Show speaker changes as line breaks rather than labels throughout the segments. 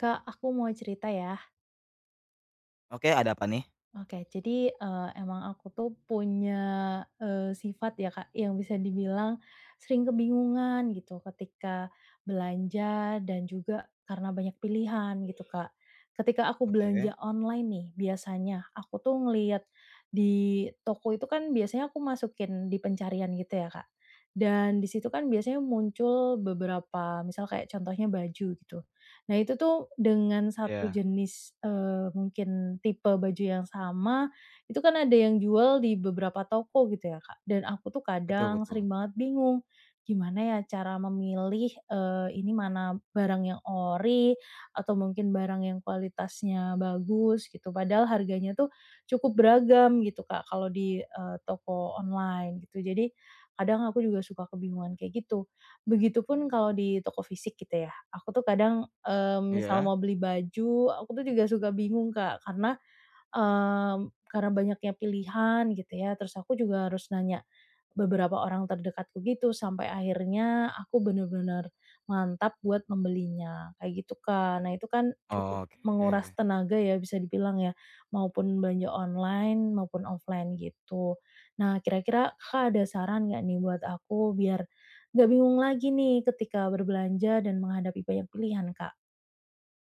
Kak, aku mau cerita ya.
Oke, ada apa nih?
Oke, jadi, emang aku tuh punya, sifat ya, Kak, yang bisa dibilang sering kebingungan gitu ketika belanja dan juga karena banyak pilihan gitu, Kak. Ketika aku
Oke.
belanja online nih biasanya, aku tuh ngelihat di toko itu kan biasanya aku masukin di pencarian gitu ya, Kak. Dan di situ kan biasanya muncul beberapa misal kayak contohnya baju gitu. Nah, itu tuh dengan satu
Iya,
jenis, mungkin tipe baju yang sama, itu kan ada yang jual di beberapa toko gitu ya, Kak. Dan aku tuh
betul,
kadang
betul.
sering banget bingung, gimana ya cara memilih, ini mana barang yang ori atau mungkin barang yang kualitasnya bagus gitu, padahal harganya tuh cukup beragam gitu, Kak, kalau di, toko online gitu. Jadi kadang aku juga suka kebingungan kayak gitu. Begitupun kalau di toko fisik gitu ya. Aku tuh kadang, misal
Iya,
mau beli baju, aku tuh juga suka bingung, Kak, karena karena banyaknya pilihan gitu ya, terus aku juga harus nanya beberapa orang terdekatku gitu, sampai akhirnya aku bener-bener mantap buat membelinya, kayak gitu, Kak. Nah, itu kan cukup menguras
oke.
tenaga ya bisa dibilang ya, maupun belanja online maupun offline gitu. Nah, kira-kira Kakak ada saran nggak nih buat aku biar nggak bingung lagi nih ketika berbelanja dan menghadapi banyak pilihan, Kak?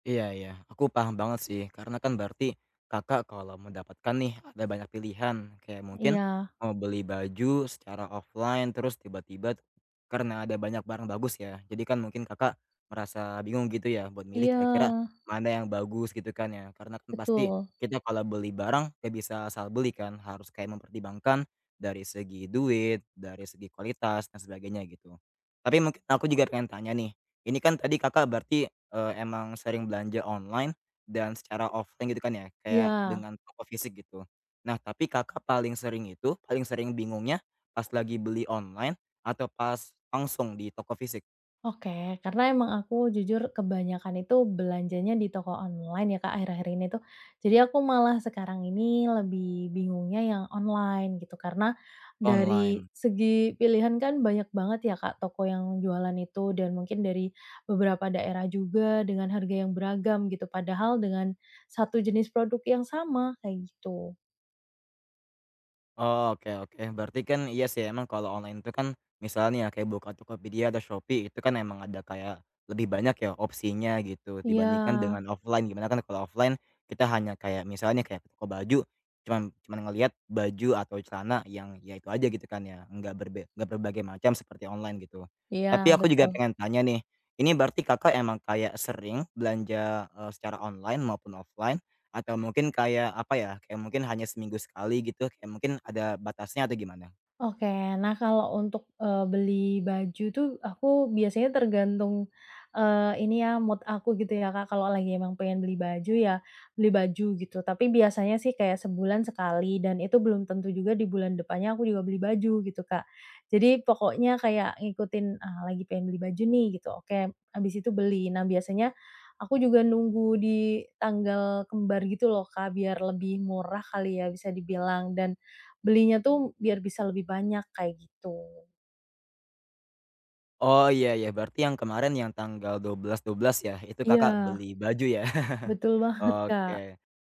Iya, iya, aku paham banget sih, karena kan berarti Kakak kalau mendapatkan nih ada banyak pilihan, kayak mungkin
Iya
mau beli baju secara offline terus tiba-tiba karena ada banyak barang bagus ya, jadi kan mungkin Kakak merasa bingung gitu ya buat milih
iya,
kira-kira mana yang bagus gitu kan ya, karena kan pasti
betul,
kita kalau beli barang nggak bisa asal beli kan, harus kayak mempertimbangkan dari segi duit, dari segi kualitas dan sebagainya gitu. Tapi mungkin aku juga pengen tanya nih, ini kan tadi Kakak berarti, emang sering belanja online dan secara offline gitu kan ya, kayak
iya.
dengan toko fisik gitu. Nah, tapi Kakak paling sering bingungnya pas lagi beli online atau pas langsung di toko fisik?
Oke, karena emang aku jujur kebanyakan itu belanjanya di toko online ya Kak, akhir-akhir ini tuh. Jadi aku malah sekarang ini lebih bingungnya yang online gitu, karena dari
Online.
segi pilihan kan banyak banget ya Kak, toko yang jualan itu dan mungkin dari beberapa daerah juga dengan harga yang beragam gitu, padahal dengan satu jenis produk yang sama, kayak gitu.
Oh, oke, oke. Berarti kan iya sih emang kalau online itu kan misalnya ya kayak buka Tokopedia atau Shopee itu kan emang ada kayak lebih banyak ya opsinya gitu
Iya,
dibandingkan dengan offline. Gimana kan kalau offline kita hanya kayak misalnya kayak ke toko baju cuman cuman ngelihat baju atau celana yang ya itu aja gitu kan ya, nggak berbagai macam seperti online gitu.
iya
Tapi aku juga
betul.
pengen tanya nih, ini berarti Kakak emang kayak sering belanja, secara online maupun offline? Atau mungkin kayak apa ya, kayak mungkin hanya seminggu sekali gitu, kayak mungkin ada batasnya atau gimana?
Oke, nah kalau untuk, beli baju tuh aku biasanya tergantung, ini ya mood aku gitu ya Kak, kalau lagi emang pengen beli baju ya beli baju gitu, tapi biasanya sih kayak sebulan sekali dan itu belum tentu juga di bulan depannya aku juga beli baju gitu Kak. Jadi pokoknya kayak ngikutin, ah, lagi pengen beli baju nih gitu, oke habis itu beli. Nah biasanya aku juga nunggu di tanggal kembar gitu loh Kak, biar lebih murah kali ya bisa dibilang dan belinya tuh biar bisa lebih banyak, kayak gitu.
Oh, iya, iya, berarti yang kemarin yang tanggal dua 12-12 ya, itu Kakak
Iya,
beli baju ya?
betul banget,
Oke.
Kak.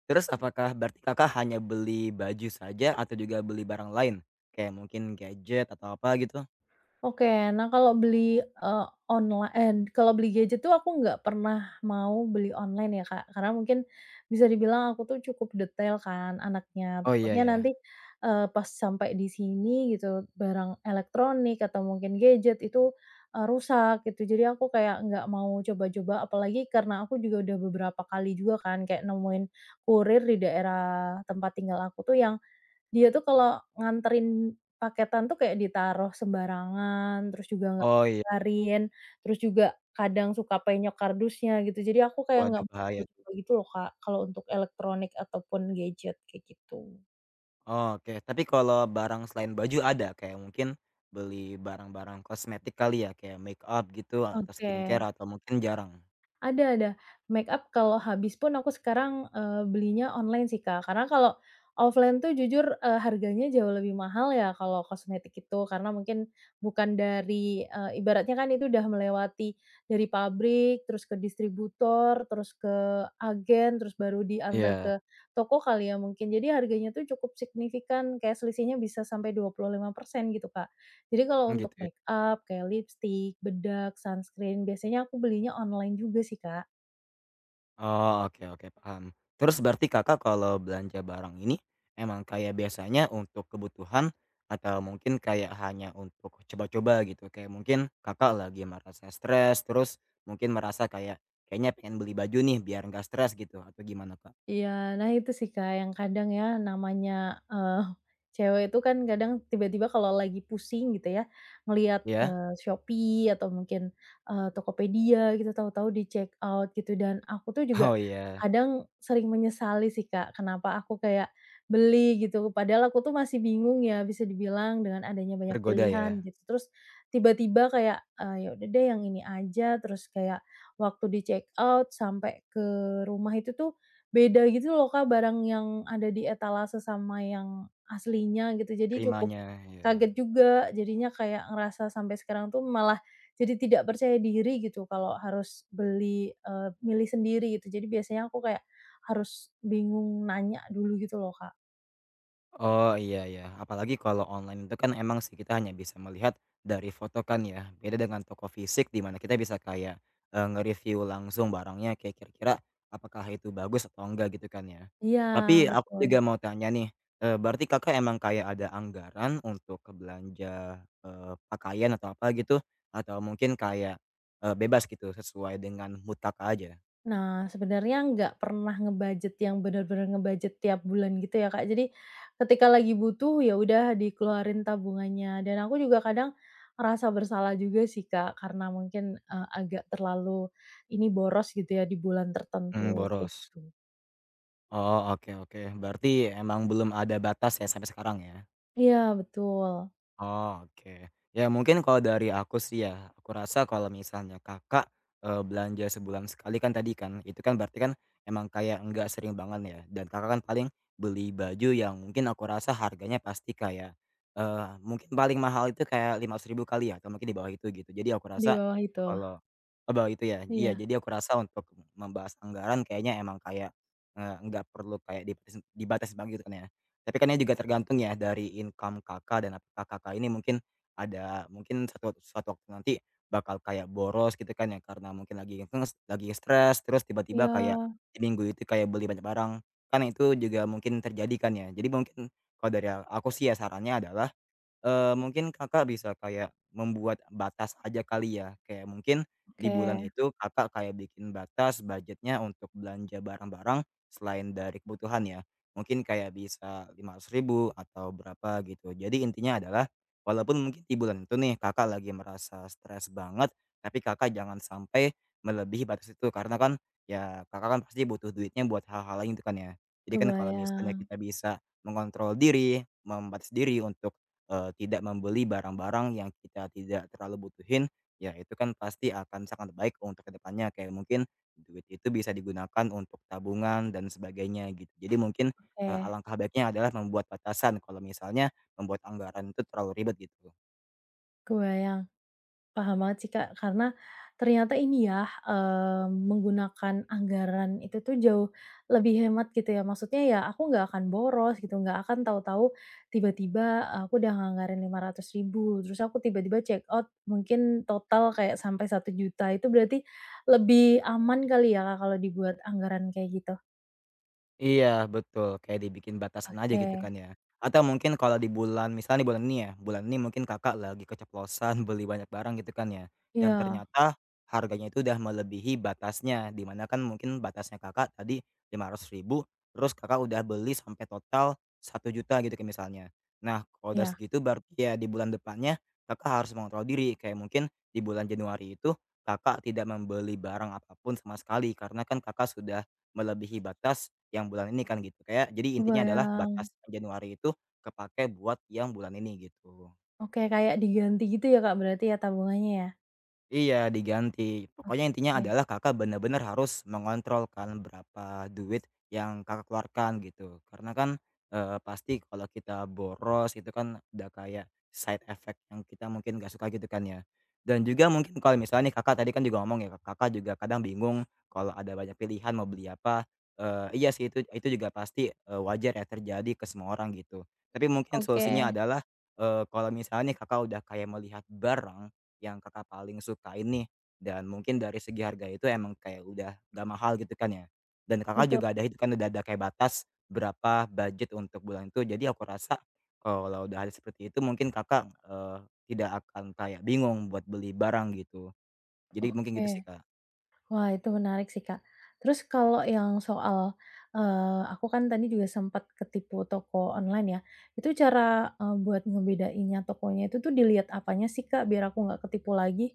Terus apakah berarti Kakak hanya beli baju saja atau juga beli barang lain? Kayak mungkin gadget atau apa gitu?
Oke, nah kalau beli, eee, onla en kalau beli gadget tuh aku nggak pernah mau beli online ya, Kak, karena mungkin bisa dibilang aku tuh cukup detail kan anaknya,
Oh, iya,
takutnya nanti,
ya.
pas sampai di sini gitu barang elektronik atau mungkin gadget itu, rusak gitu. Jadi aku kayak nggak mau coba-coba apalagi karena aku juga udah beberapa kali juga kan kayak nemuin kurir di daerah tempat tinggal aku tuh yang dia tuh kalau nganterin paketan tuh kayak ditaruh sembarangan, terus juga nggak
Oh iya,
ngabarin, terus juga kadang suka penyok kardusnya gitu. Jadi aku kayak nggak
waduh,
mau
bahaya tuh.
coba-coba gitu loh, Kak, kalau untuk elektronik ataupun gadget kayak gitu.
Oke, tapi kalau barang selain baju ada? Kayak mungkin beli barang-barang kosmetik kali ya, kayak make up gitu, atau
Oke.
skincare atau mungkin jarang?
Ada, makeup kalau habis pun aku sekarang, belinya online sih, Kak. Karena kalau offline tuh jujur, harganya jauh lebih mahal ya kalau kosmetik itu, karena mungkin bukan dari ibaratnya kan itu udah melewati dari pabrik, terus ke distributor, terus ke agen, terus baru diantar
Iya,
ke toko kali ya mungkin. Jadi harganya tuh cukup signifikan, kayak selisihnya bisa sampai 25% gitu, Kak. Jadi kalau
mmm,
untuk
gitu ya.
makeup kayak lipstik, bedak, sunscreen, biasanya aku belinya online juga sih, Kak.
Oh, oke, oke, paham. Terus berarti Kakak kalau belanja barang ini, emang kayak biasanya untuk kebutuhan atau mungkin kayak hanya untuk coba-coba gitu? Kayak mungkin Kakak lagi merasa stres, terus mungkin merasa kayak, kayaknya pengen beli baju nih biar nggak stres gitu, atau gimana, Kak?
Iya, nah itu sih Kak yang kadang ya namanya, cewek itu kan kadang tiba-tiba kalau lagi pusing gitu ya, ngelihat,
Iya?
Shopee atau mungkin, Tokopedia gitu tahu-tahu di check out gitu dan aku tuh juga
Oh, iya.
kadang sering menyesali sih Kak kenapa aku kayak beli gitu padahal aku tuh masih bingung ya bisa dibilang dengan adanya banyak
Tergoda
pilihan
ya,
gitu terus tiba-tiba kayak, ya udah deh yang ini aja terus kayak waktu di check out sampai ke rumah itu tuh beda gitu loh Kak, barang yang ada di etalase sama yang aslinya gitu, jadi cukup
terimanya, ya.
kaget juga, jadinya kayak ngerasa sampai sekarang tuh malah jadi tidak percaya diri gitu kalau harus beli, milih sendiri gitu. Jadi biasanya aku kayak harus bingung nanya dulu gitu loh Kak.
Oh, iya ya. Apalagi kalau online itu kan emang sih kita hanya bisa melihat dari foto kan ya. Beda dengan toko fisik di mana kita bisa kayak, nge-review langsung barangnya kayak kira-kira apakah itu bagus atau enggak gitu kan ya.
Iya,
Tapi aku
betul.
juga mau tanya nih, berarti Kakak emang kayak ada anggaran untuk ke belanja, pakaian atau apa gitu? Atau mungkin kayak, bebas gitu sesuai dengan mood Kakak aja?
Nah, sebenarnya nggak pernah ngebudget yang benar-benar ngebudget tiap bulan gitu ya, Kak. Jadi, ketika lagi butuh, ya udah dikeluarin tabungannya. Dan aku juga kadang ngerasa bersalah juga sih, Kak, karena mungkin, agak terlalu ini boros gitu ya di bulan
Hmm,
tertentu, kayak
boros.
gitu.
Oh, oke, oke. Berarti emang belum ada batas ya sampai sekarang ya?
Iya, betul.
Oh, oke. Ya mungkin kalau dari aku sih ya, aku rasa kalau misalnya Kakak, belanja sebulan sekali kan tadi kan, itu kan berarti kan emang kayak nggak sering banget ya dan Kakak kan paling beli baju yang mungkin aku rasa harganya pasti kayak, mungkin paling mahal itu kayak rp ribu kali ya atau mungkin di bawah itu gitu. Jadi aku
Di
rasa
bawah itu.
kalau oh, bawah itu ya? Iya,
Iya.
jadi aku rasa untuk membahas anggaran kayaknya emang kayak, nggak perlu kayak dibatasi banget gitu kan ya? Tapi kan ini juga tergantung ya dari income Kakak dan apakah Kakak ini mungkin ada mungkin suatu suatu waktu nanti bakal kayak boros gitu kan ya karena mungkin lagi stres terus tiba-tiba
Iya,
kayak di minggu itu kayak beli banyak barang, kan itu juga mungkin terjadi kan ya. Jadi mungkin kalau dari aku sih ya sarannya adalah mungkin Kakak bisa kayak membuat batas aja kali ya, kayak mungkin di
oke.
bulan itu Kakak kayak bikin batas budgetnya untuk belanja barang-barang selain dari kebutuhan ya. Mungkin kayak bisa 500.000 atau berapa gitu. Jadi intinya adalah walaupun mungkin di bulan itu nih Kakak lagi merasa stres banget, tapi Kakak jangan sampai melebihi batas itu karena kan ya Kakak kan pasti butuh duitnya buat hal-hal lain itu kan ya. Jadi kan kalau misalnya
Kebayang.
kita bisa mengontrol diri, membatasi diri untuk tidak membeli barang-barang yang kita tidak terlalu butuhin, ya itu kan pasti akan sangat baik untuk kedepannya kayak mungkin duit itu bisa digunakan untuk tabungan dan sebagainya gitu. Jadi mungkin,
Oke,
alangkah baiknya adalah membuat batasan kalau misalnya membuat anggaran itu terlalu ribet gitu.
kebayang. Paham banget sih, Kak, karena ternyata ini ya, menggunakan anggaran itu tuh jauh lebih hemat gitu ya. Maksudnya ya aku nggak akan boros gitu, nggak akan tahu-tahu tiba-tiba aku udah nganggarin Rp500.000 terus aku tiba-tiba check out mungkin total kayak sampai Rp1.000.000 itu berarti lebih aman kali ya, Kak, kalau dibuat anggaran kayak gitu?
Iya, betul, kayak dibikin batasan aja gitu
Oke,
kan ya. Atau mungkin kalau di bulan misalnya di bulan ini ya, bulan ini mungkin Kakak lagi keceplosan beli banyak barang gitu kan ya, dan
iya
ternyata harganya itu udah melebihi batasnya, di mana kan mungkin batasnya Kakak tadi 500.000 terus Kakak udah beli sampai total 1 juta gitu kan misalnya. Nah, kalau udah
iya,
segitu berarti ya di bulan depannya Kakak harus mengontrol diri, kayak mungkin di bulan Januari itu Kakak tidak membeli barang apapun sama sekali karena kan Kakak sudah melebihi batas yang bulan ini kan gitu, kayak jadi intinya adalah
kebayang.
batas Januari itu kepake buat yang bulan ini gitu.
Oke, kayak diganti gitu ya, Kak, berarti ya tabungannya ya?
Iya, diganti. Pokoknya intinya
Oke
adalah Kakak benar-benar harus mengontrol kan berapa duit yang Kakak keluarkan gitu. Karena kan, pasti kalau kita boros itu kan udah kayak side effect yang kita mungkin nggak suka gitu kan ya. Dan juga mungkin kalau misalnya nih Kakak tadi kan juga ngomong ya, Kakak juga kadang bingung kalau ada banyak pilihan mau beli apa, iya sih itu juga pasti, wajar ya terjadi ke semua orang gitu. Tapi mungkin
oke,
solusinya adalah, kalau misalnya Kakak udah kayak melihat barang yang Kakak paling sukain nih? Dan mungkin dari segi harga itu emang kayak udah mahal gitu kan ya. Dan Kakak
betul.
juga ada itu kan udah ada kayak batas berapa budget untuk bulan itu. Jadi aku rasa kalau udah ada seperti itu mungkin Kakak, tidak akan kayak bingung buat beli barang gitu. Jadi mungkin gitu
Oke.
sih, Kak.
Wah, itu menarik sih, Kak. Terus kalau yang soal, aku kan tadi juga sempat ketipu toko online ya, itu cara, buat ngebedainnya tokonya itu tuh dilihat apanya sih, Kak, biar aku nggak ketipu lagi?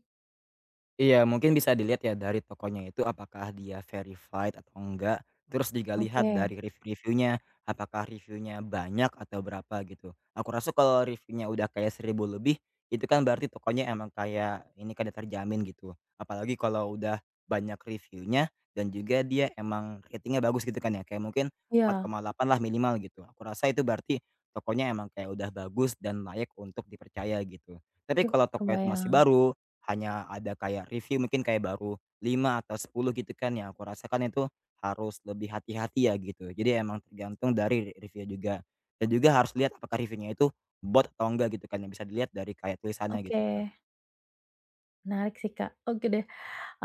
Iya, mungkin bisa dilihat ya dari tokonya itu apakah dia verified atau enggak, terus juga lihat
Oke.
dari review-reviewnya, apakah reviewnya banyak atau berapa gitu. Aku rasa kalau reviewnya udah kayak 1.000 lebih, itu kan berarti tokonya emang kayak ini kan terjamin gitu. Apalagi kalau udah banyak reviewnya dan juga dia emang ratingnya bagus gitu kan ya, kayak mungkin
Iya,
4,8 lah minimal gitu. Aku rasa itu berarti tokonya emang kayak udah bagus dan layak untuk dipercaya gitu. Tapi
ke
kalau toko itu masih
kebayang.
baru, hanya ada kayak review mungkin kayak baru 5 atau 10 gitu kan ya aku rasakan itu harus lebih hati-hati ya gitu. Jadi emang tergantung dari review juga. Dan juga harus lihat apakah reviewnya itu bot atau enggak gitu kan yang bisa dilihat dari kayak tulisannya gitu, Kak.
Oke, menarik sih, Kak. Oke deh,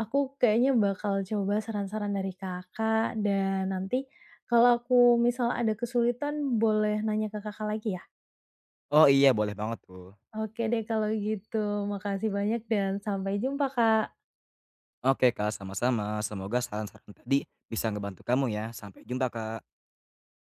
aku kayaknya bakal coba saran-saran dari Kakak dan nanti kalau aku misal ada kesulitan boleh nanya ke Kakak lagi ya?
Oh, iya, boleh banget tuh.
Oke deh kalau gitu, makasih banyak dan sampai jumpa, Kak.
Oke, Kak, sama-sama. Semoga saran-saran tadi bisa ngebantu kamu ya. Sampai jumpa, Kak.